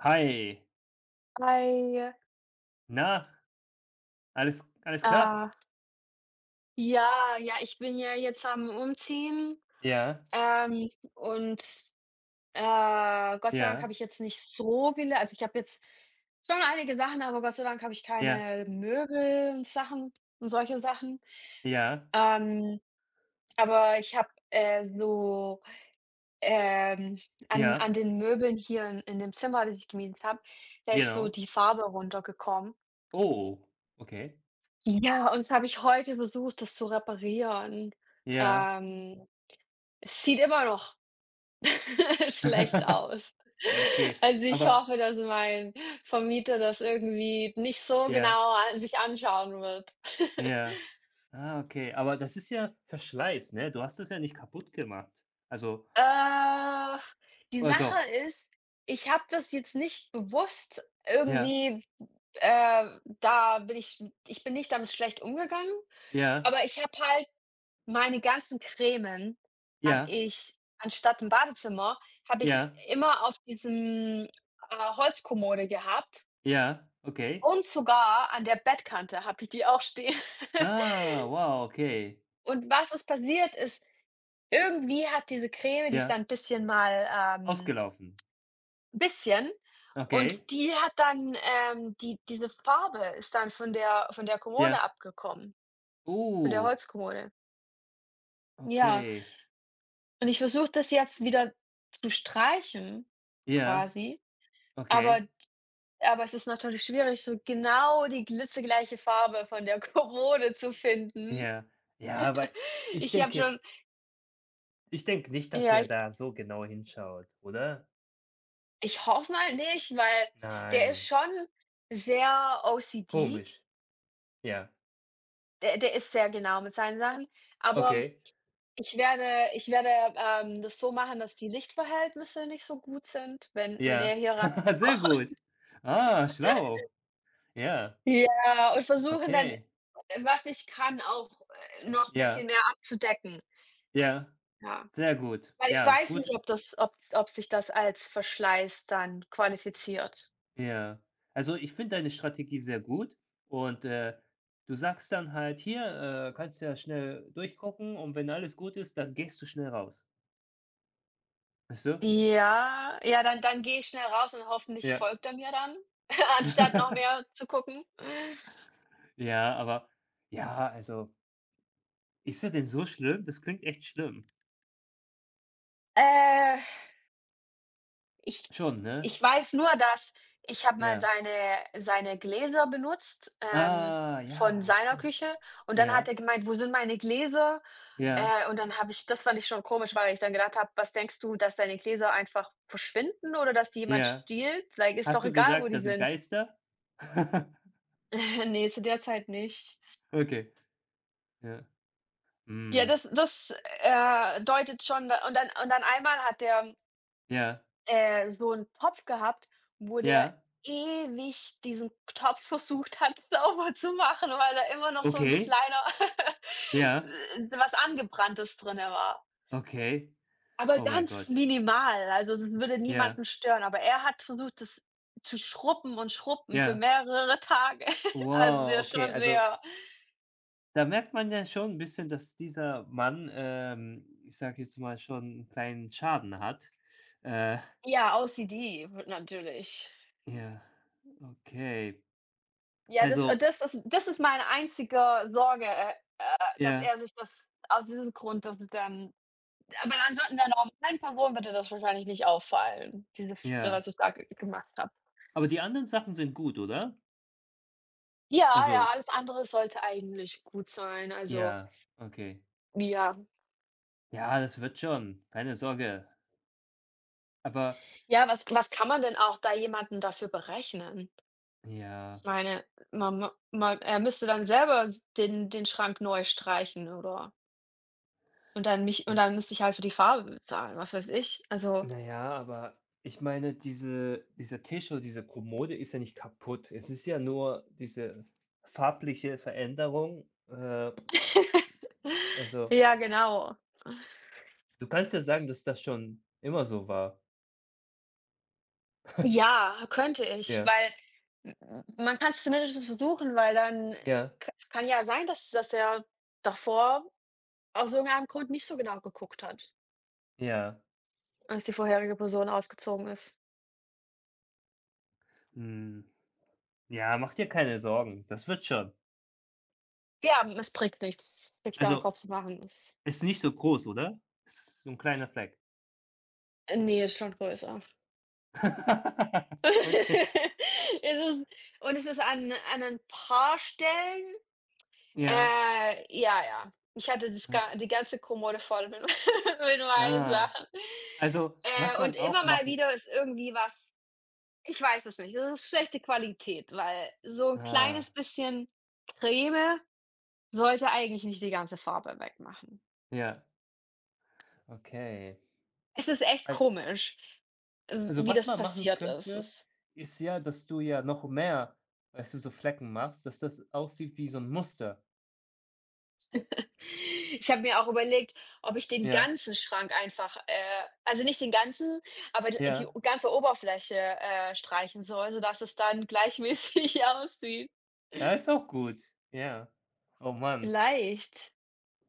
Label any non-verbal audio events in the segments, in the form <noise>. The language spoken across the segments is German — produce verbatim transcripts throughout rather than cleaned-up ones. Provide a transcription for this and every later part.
Hi, Hi. na, alles alles klar? Äh, ja, ja, ich bin ja jetzt am Umziehen, Ja, ähm, und, äh, Gott sei Dank habe ja, ich jetzt nicht so viele, also, ich habe jetzt schon einige Sachen, aber Gott sei Dank habe ich ja, keine Möbel und Sachen und solche Sachen. ja, Ähm, aber ich habe, äh, so, ähm an ja, an den Möbeln hier in in dem Zimmer, das ich gemietet habe. Da ist so genau. die Farbe runtergekommen. Oh, okay. Ja, und das habe ich heute versucht, das zu reparieren. Ja. Ähm, Es sieht immer noch <laughs> schlecht <laughs> aus. Okay, Also, ich aber hoffe, dass mein Vermieter das irgendwie nicht so ja, genau a sich anschauen wird. ja. <laughs> Ah, okay, aber das ist ja Verschleiß, ne? Du hast es ja nicht kaputt gemacht. Also Äh, die oder Sache doch? ist, ich habe das jetzt nicht bewusst Ja, irgendwie. Äh, da bin ich ich bin nicht damit schlecht umgegangen, ja, aber ich habe halt meine ganzen Cremen, habe ja, ich anstatt im Badezimmer, habe ich ja, immer auf diesem, äh, Holzkommode gehabt. ja, okay. Und sogar an der Bettkante habe ich die auch stehen. <laughs> Ah, wow, okay. Und was ist passiert, ist, irgendwie hat diese Creme, die ist Ja, dann 'n bisschen mal, ähm, ausgelaufen. bisschen, Okay, und die hat dann, ähm die diese Farbe ist dann von der von der Kommode ja. abgekommen, von der Oh, Holzkommode. Ja, okay. und ich versuche das jetzt wieder zu streichen Ja, quasi, aber okay. aber es ist natürlich schwierig, so genau die glitzegleiche Farbe von der <laughs> Kommode zu finden. Ja. Ja, <laughs> aber ich Ich habe denke schon, jetzt ich denke nicht, dass ja. er da so genau hinschaut, oder? Ich hoffe mal nicht, weil der ist Nein. schon sehr O OCD. Komisch. Ja. Der der ist sehr genau mit seinen Sachen, aber Okay. ich werde ich werde, ähm, das so machen, dass die Lichtverhältnisse nicht so gut sind, wenn wenn er Ja. hier rein. <laughs> Sehr <laughs> gut. Ah, schlau. Ja. Ja, und versuchen dann, Okay. was ich kann, auch, äh, noch 'n bisschen Ja. mehr abzudecken. Ja. Ja, Sehr gut. weil ich Ja, weiß gut. nicht, ob das ob ob sich das als Verschleiß dann qualifiziert. Ja. Also, ich finde deine Strategie sehr gut und, äh, du sagst dann halt: „Hier, äh, kannst ja schnell durchgucken und wenn alles gut ist, dann gehst du schnell raus.“ Weißt du? Ja, ja, dann dann gehe ich schnell raus und hoffentlich Ja. folgt er mir dann, <laughs> anstatt noch mehr <laughs> zu gucken. Ja, aber ja, also, ist das denn so schlimm? Das klingt echt schlimm. Äh, ich Schon, ne? ich weiß nur, dass ich habe mal Ja. seine seine Gläser benutzt, ähm, Ah, von ja, seiner stimmt. Küche, und dann Ja, hat er gemeint: „Wo sind meine Gläser?" ja, Äh, und dann, habe ich das fand ich schon komisch, weil ich dann gedacht habe: „Was denkst du, dass deine Gläser einfach verschwinden oder dass die jemand ja. stiehlt? Like, ist Hast doch du egal, wo gesagt, da die sind sind." Geister? <laughs> <laughs> Ne, zu der Zeit nicht. Okay, ja. Ja, Mhm. das das, äh, deutet schon da und dann und dann einmal hat der, Ja, äh, so 'n Topf gehabt, wo der ja. ewig diesen Topf versucht hat, <laughs> sauber zu machen, weil da immer noch so 'n Okay, kleiner <laughs> ja, äh, was Angebranntes drinnen war. okay. Aber Oh mein ganz Gott. minimal, also es würde Ja, niemanden stören, aber er hat versucht, das zu schrubben und schrubben für ja. mehrere <laughs> Tage. Also Wow, der ist okay. schon Also, sehr, da merkt man ja schon ein bisschen, dass dieser Mann, ähm, ich sage jetzt mal, schon 'n kleinen Schaden hat. Äh ja, O C D w natürlich. Ja, okay. Ja, das äh, Also das ist das ist meine einzige Sorge, äh, äh, dass ja, er sich das aus diesem Grund, dass dann, aber ansonsten, der normalen Person würde das wahrscheinlich nicht auffallen, diese f ja. was ich da ge gemacht habe. Aber die anderen Sachen sind gut, oder? Ja, ja, Also alles andere sollte eigentlich gut sein, also, ja, okay. ja. Ja, das wird schon, keine Sorge. Aber Ja, was was kann man denn auch da jemanden dafür berechnen? ja, Ich meine, man ma man, er müsste dann selber s den den Schrank neu streichen, oder, und dann mich und n dann müsste ich halt für die Farbe bezahlen, was weiß ich. Also. na ja, aber ich meine, diese dieser Tisch oder diese Kommode ist ja nicht kaputt. Es ist ja nur diese farbliche Veränderung. Äh, also, Ja, genau. du kannst ja sagen, dass das schon immer so war. Ja, könnte ich, Ja, weil m m man kann's zumindest versuchen, weil dann, äh, ja, k es kann ja sein, dass dass er davor aus irgendeinem Grund nicht so genau geguckt hat, ja. als die vorherige Person ausgezogen ist. Hm. Ja, mach dir keine Sorgen, das wird schon. Ja, hm, es bringt nichts, sich da 'n Also, Kopf zu machen. Es ist nicht so groß, oder? Ist so ein kleiner Fleck. ne, ist schon größer. <laughs> <laughs> Okay, Es ist und es ist an an ein paar Stellen. ja. Äh, ja, ja. Ich hatte das Äh, ga die ganze Kommode voll mit <laughs> mit meinen ah, Sachen. also, was Äh, und man auch immer mal machen wieder ist irgendwie was, ich weiß es nicht, das ist schlechte Qualität, weil so ein ah, kleines bisschen Creme sollte eigentlich nicht die ganze Farbe wegmachen. ja, okay. Es ist echt Also, komisch, w also, wie was das man machen passiert ist. könnte, Es ist ja, dass du ja noch mehr, weißt du, so Flecken machst, dass das aussieht wie so ein Muster. Ich habe mir auch überlegt, ob ich den Ja, ganzen Schrank einfach, äh, also nicht den ganzen, aber d die ja. o- ganze Oberfläche, äh, streichen soll, sodass es dann gleichmäßig <laughs> aussieht. Ja, ist auch gut. Ja. Oh Mann. Vielleicht,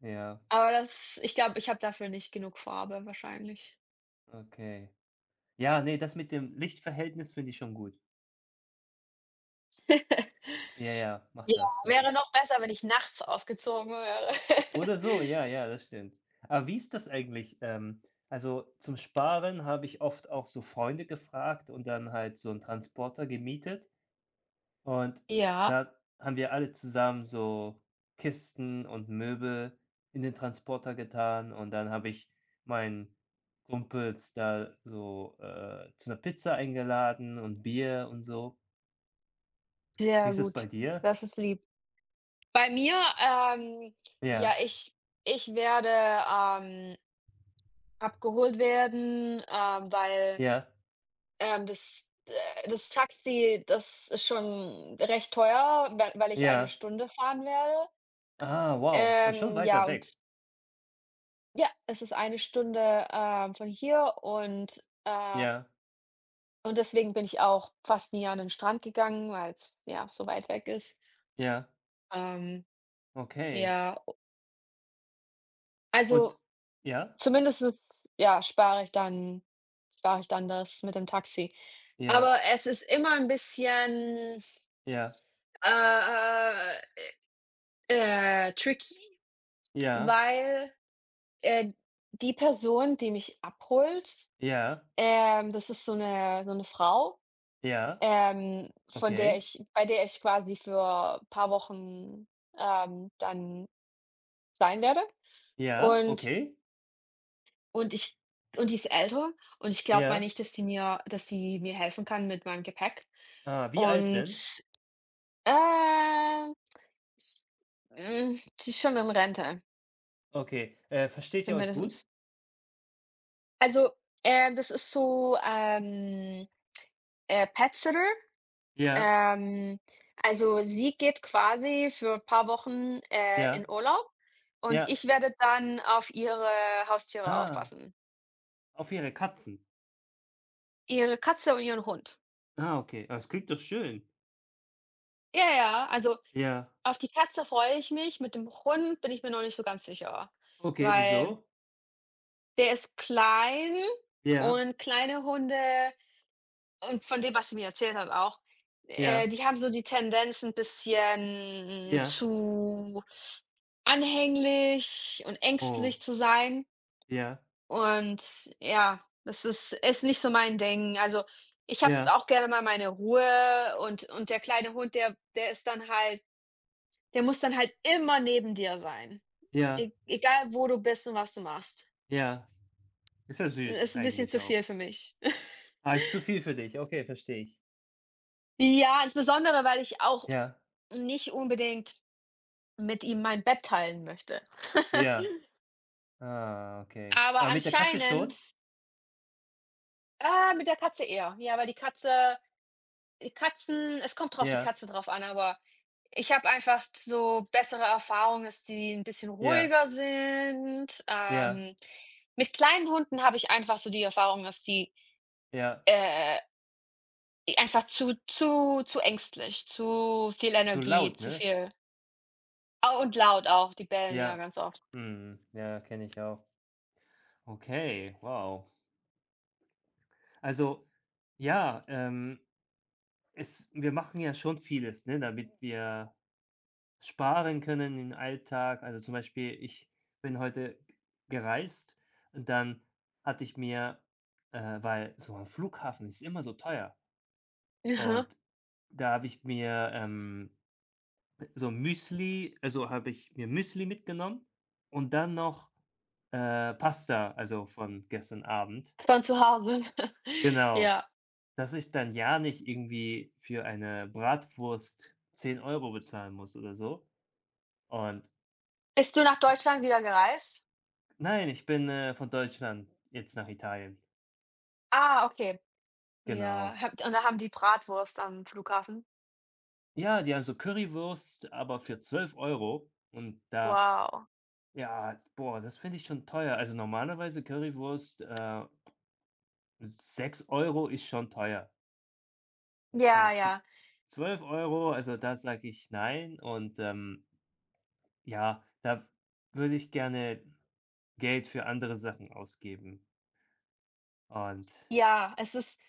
Ja, aber das ich glaube, ich habe dafür nicht genug Farbe wahrscheinlich. okay. Ja, nee, das mit dem Lichtverhältnis finde ich schon gut. <laughs> Ja, ja, mach Ja, das. Das wäre ist noch besser, wenn ich nachts ausgezogen wäre. oder so, <laughs> ja, ja, das stimmt. Aber wie ist das eigentlich? Ähm, also zum Sparen habe ich oft auch so Freunde gefragt und dann halt so einen Transporter gemietet und Ja, da haben wir alle zusammen so Kisten und Möbel in den Transporter getan und dann habe ich meinen Kumpels da so, äh, zu einer Pizza eingeladen und Bier und so. Wie sehr ist es bei gut. dir? Das ist lieb. Bei mir, ähm ja, Ja, ich ich werde, ähm abgeholt werden, ähm, weil, ja, ähm, das äh, das Taxi, das ist schon recht teuer, weil weil ich eine ja. Stunde fahren werde. Ah, wow, ist schon Ähm, weiter ja, weg. und ja, es ist eine Stunde, ähm, von hier und, äh Ja, und deswegen bin ich auch fast nie an den Strand gegangen, weil es, ja, so weit weg ist. ja, Ähm, okay. ja, Und also, ja, zumindest, ja, spare ich dann spare ich dann das mit dem Taxi. ja, Aber es ist immer ein bisschen. ja, Äh, äh, äh, tricky, ja, weil, äh, die Person, die mich abholt, ja, ähm, das ist so 'ne so 'ne Frau, ja, ähm, von der okay. ich bei der ich quasi für paar Wochen, ähm, dann sein werde. Ja, Und okay. und ich und die ist älter, und ich glaube mal Ja. nicht, dass die mir dass die mir helfen kann mit meinem Gepäck. Ah, wie alt Und, denn? äh, hm, die ist schon in Rente, Okay. Äh, versteht ihr euch gut? zumindest. Also, ähm, das ist so, ähm, äh, Pet-Sitter. Ja, Ähm, also, sie geht quasi für 'n paar Wochen, äh, in ja, Urlaub, und ja. ich werde dann auf ihre Haustiere Ah, aufpassen. auf ihre Katzen. Ihre Katze und ihren Hund. Ah, okay. Ah, das klingt doch schön. Ja, ja, also, Ja. auf die Katze freue ich mich, mit dem Hund bin ich mir noch nicht so ganz sicher, Okay, weil wieso? der ist klein, Ja, und kleine Hunde. Und von dem, was sie mir erzählt hat auch, äh, ja, die haben so die Tendenz, 'n bisschen ja. zu anhänglich und ängstlich Oh, zu sein. ja, Und ja, das ist ist nicht so mein Ding. Also, ich habe ja, auch gerne mal meine Ruhe, und und der kleine Hund, der der ist dann halt, der muss dann halt immer neben dir sein. ja, E Egal, wo du bist und was du machst. ja. Ist ja süß Ist 'n bisschen eigentlich zu viel auch. für mich. <laughs> Ah, ist zu viel für dich. Okay, verstehe ich. Ja, insbesondere, weil ich auch Ja, nicht unbedingt mit ihm mein Bett teilen möchte. <laughs> ja. Ah, okay. Aber Aber mit der Katze schon? anscheinend, ah, mit der Katze eher. Ja, weil die Katze, die Katzen, es kommt drauf, die Ja, Katze drauf an, aber ich habe einfach so bessere Erfahrungen, dass die ein bisschen ja, ruhiger sind. ja, Ähm, mit kleinen Hunden habe ich einfach so die Erfahrung, dass die, ja. äh, einfach zu zu zu ängstlich, zu viel So Energie, laut, zu ne? viel, ah, und laut auch, die bellen ja Ja. ganz oft. Mhm. Ja, kenne ich auch. Okay, wow. Also, ja, ähm, es wir machen ja schon vieles, ne, damit wir sparen können im Alltag. Also, zum Beispiel, ich bin heute gereist und dann hatte ich mir äh, weil so am Flughafen ist immer so teuer Mhm. und da habe ich mir, ähm, so Müsli also habe ich mir Müsli mitgenommen und dann noch, äh, Pasta, also von gestern Abend. Von zu Hause. <laughs> Genau, Ja. dass ich dann ja nicht irgendwie für eine Bratwurst zehn Euro bezahlen muss oder so. Und Bist du nach Deutschland wieder gereist? nein, ich bin, äh, von Deutschland jetzt nach Italien. Ah, okay. Ja, Genau. habt und da haben die Bratwurst am Flughafen? Ja, die haben so Currywurst, aber für zwölf Euro und da Wow. ja, boah, das finde ich schon teuer. Also normalerweise Currywurst, äh sechs Euro ist schon teuer, Ja, aber zw ja. zwölf Euro, also da sage ich nein und, ähm, ja, da würde ich gerne Geld für andere Sachen ausgeben. Und Ja, es ist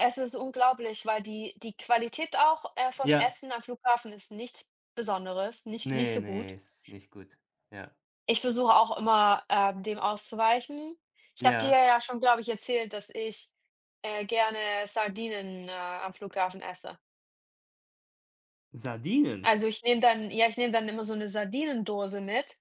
es ist unglaublich, weil die die Qualität auch, äh, vom ja, Essen am Flughafen ist nichts Besonderes, nicht nicht ne, so ne, gut. ist nicht gut. Ja. Ich versuche auch immer, ähm, dem auszuweichen. Ich habe dir Ja. ja schon, glaube ich, erzählt, dass ich, äh, gerne Sardinen, äh, am Flughafen esse. Sardinen? Also, ich nehme dann ja, ich nehme dann immer so 'ne Sardinendose mit.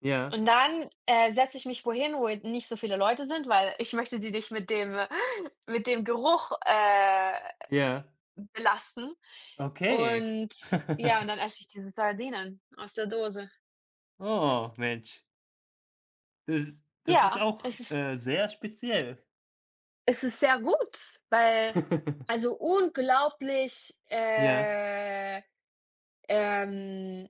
Ja, Und dann, äh, setze ich mich wohin, wo nicht so viele Leute sind, weil ich möchte die nicht mit dem <laughs> mit dem Geruch, äh, ja. belasten. Okay. Und <laughs> ja, und dann esse ich diese Sardinen aus der Dose. Oh, Mensch. Das das ist Ja, auch, es ist äh, sehr speziell. es ist sehr gut, weil, also, <laughs> unglaublich, Ja, äh, ähm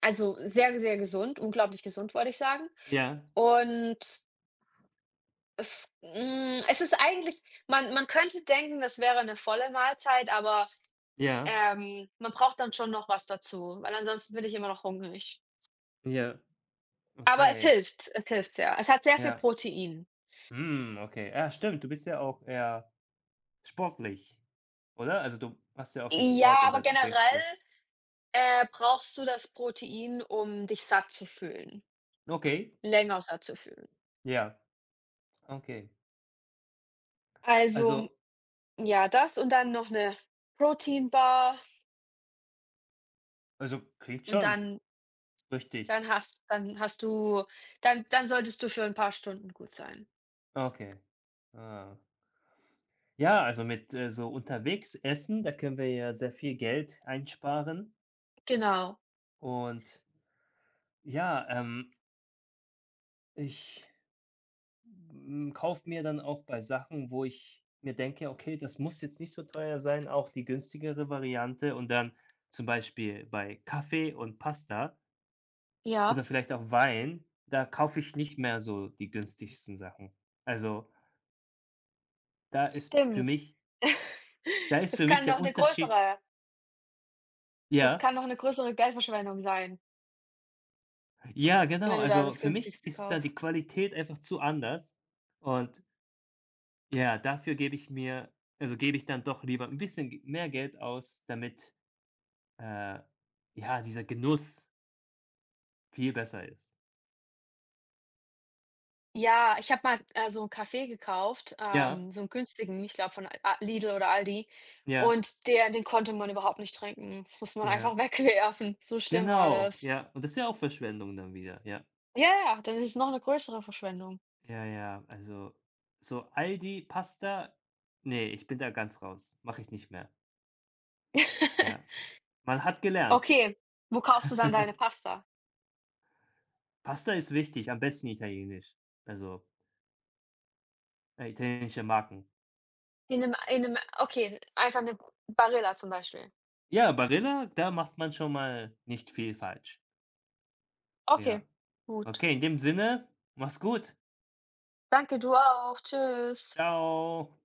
also sehr, sehr gesund, unglaublich gesund, wollte ich sagen. ja, Und, Es hm, es ist eigentlich, man man könnte denken, das wäre eine volle Mahlzeit, aber, ja, ähm, man braucht dann schon noch was dazu, weil ansonsten bin ich immer noch hungrig. ja, Aber es okay, hilft, es hilft sehr. Es hat sehr viel ja. Protein. Hm, okay. Ja, stimmt, du bist ja auch eher sportlich, oder? Also, du machst ja auch viel Sport Ja, und aber dann denkst du generell, äh, brauchst du das Protein, um dich satt zu fühlen, okay, länger satt zu fühlen. ja, okay. Also, Also ja, das und dann noch eine Proteinbar also, klingt und schon dann dann richtig. hast dann hast du dann dann solltest du für ein paar Stunden gut sein. Okay. Ah. Ja, also, mit, äh, so unterwegs essen, da können wir ja sehr viel Geld einsparen Genau. und ja, ähm, ich hm, kaufe mir dann auch bei Sachen, wo ich mir denke: „Okay, das muss jetzt nicht so teuer sein“, auch die günstigere Variante und dann zum Beispiel bei Kaffee und Pasta oder Ja, vielleicht auch Wein, da kaufe ich nicht mehr so die günstigsten Sachen. Also, da ist für stimmt. mich <laughs> da ist Das für mich kann noch der eine Unterschied größere das ja, kann noch eine größere Geldverschwendung sein, ja, genau. wenn du da Also, das für mich Günstigste ist da kaufst. die Qualität einfach zu anders und ja, dafür gebe ich mir also, gebe ich dann doch lieber ein bisschen g mehr Geld aus, damit Äh, ja, dieser Genuss viel besser ist. Ja, ich habe mal, äh, so 'n Kaffee gekauft, Ja, ähm, so einen günstigen, ich glaube von A Lidl oder Aldi, ja, und der den konnte man überhaupt nicht trinken. Das musste man ja. einfach <laughs> wegwerfen. So schlimm war Genau, das. ja. Und das ist ja auch Verschwendung dann wieder, ja. Ja, ja, dann ist es noch eine größere Verschwendung. Ja, ja, also so Aldi, Pasta, nee, ich bin da ganz raus. Mache ich nicht mehr. Ja. <laughs> Man hat gelernt. Okay, wo kaufst du dann deine <laughs> Pasta? Pasta ist wichtig, am besten italienisch. Also, äh, italienische Marken. In einem, in einem, okay, einfach 'ne Barilla zum Beispiel. Ja, Barilla, da macht man schon mal nicht viel falsch. Ja. Okay, gut. Okay, in dem Sinne, mach's gut. Danke, du auch. Tschüss. Ciao.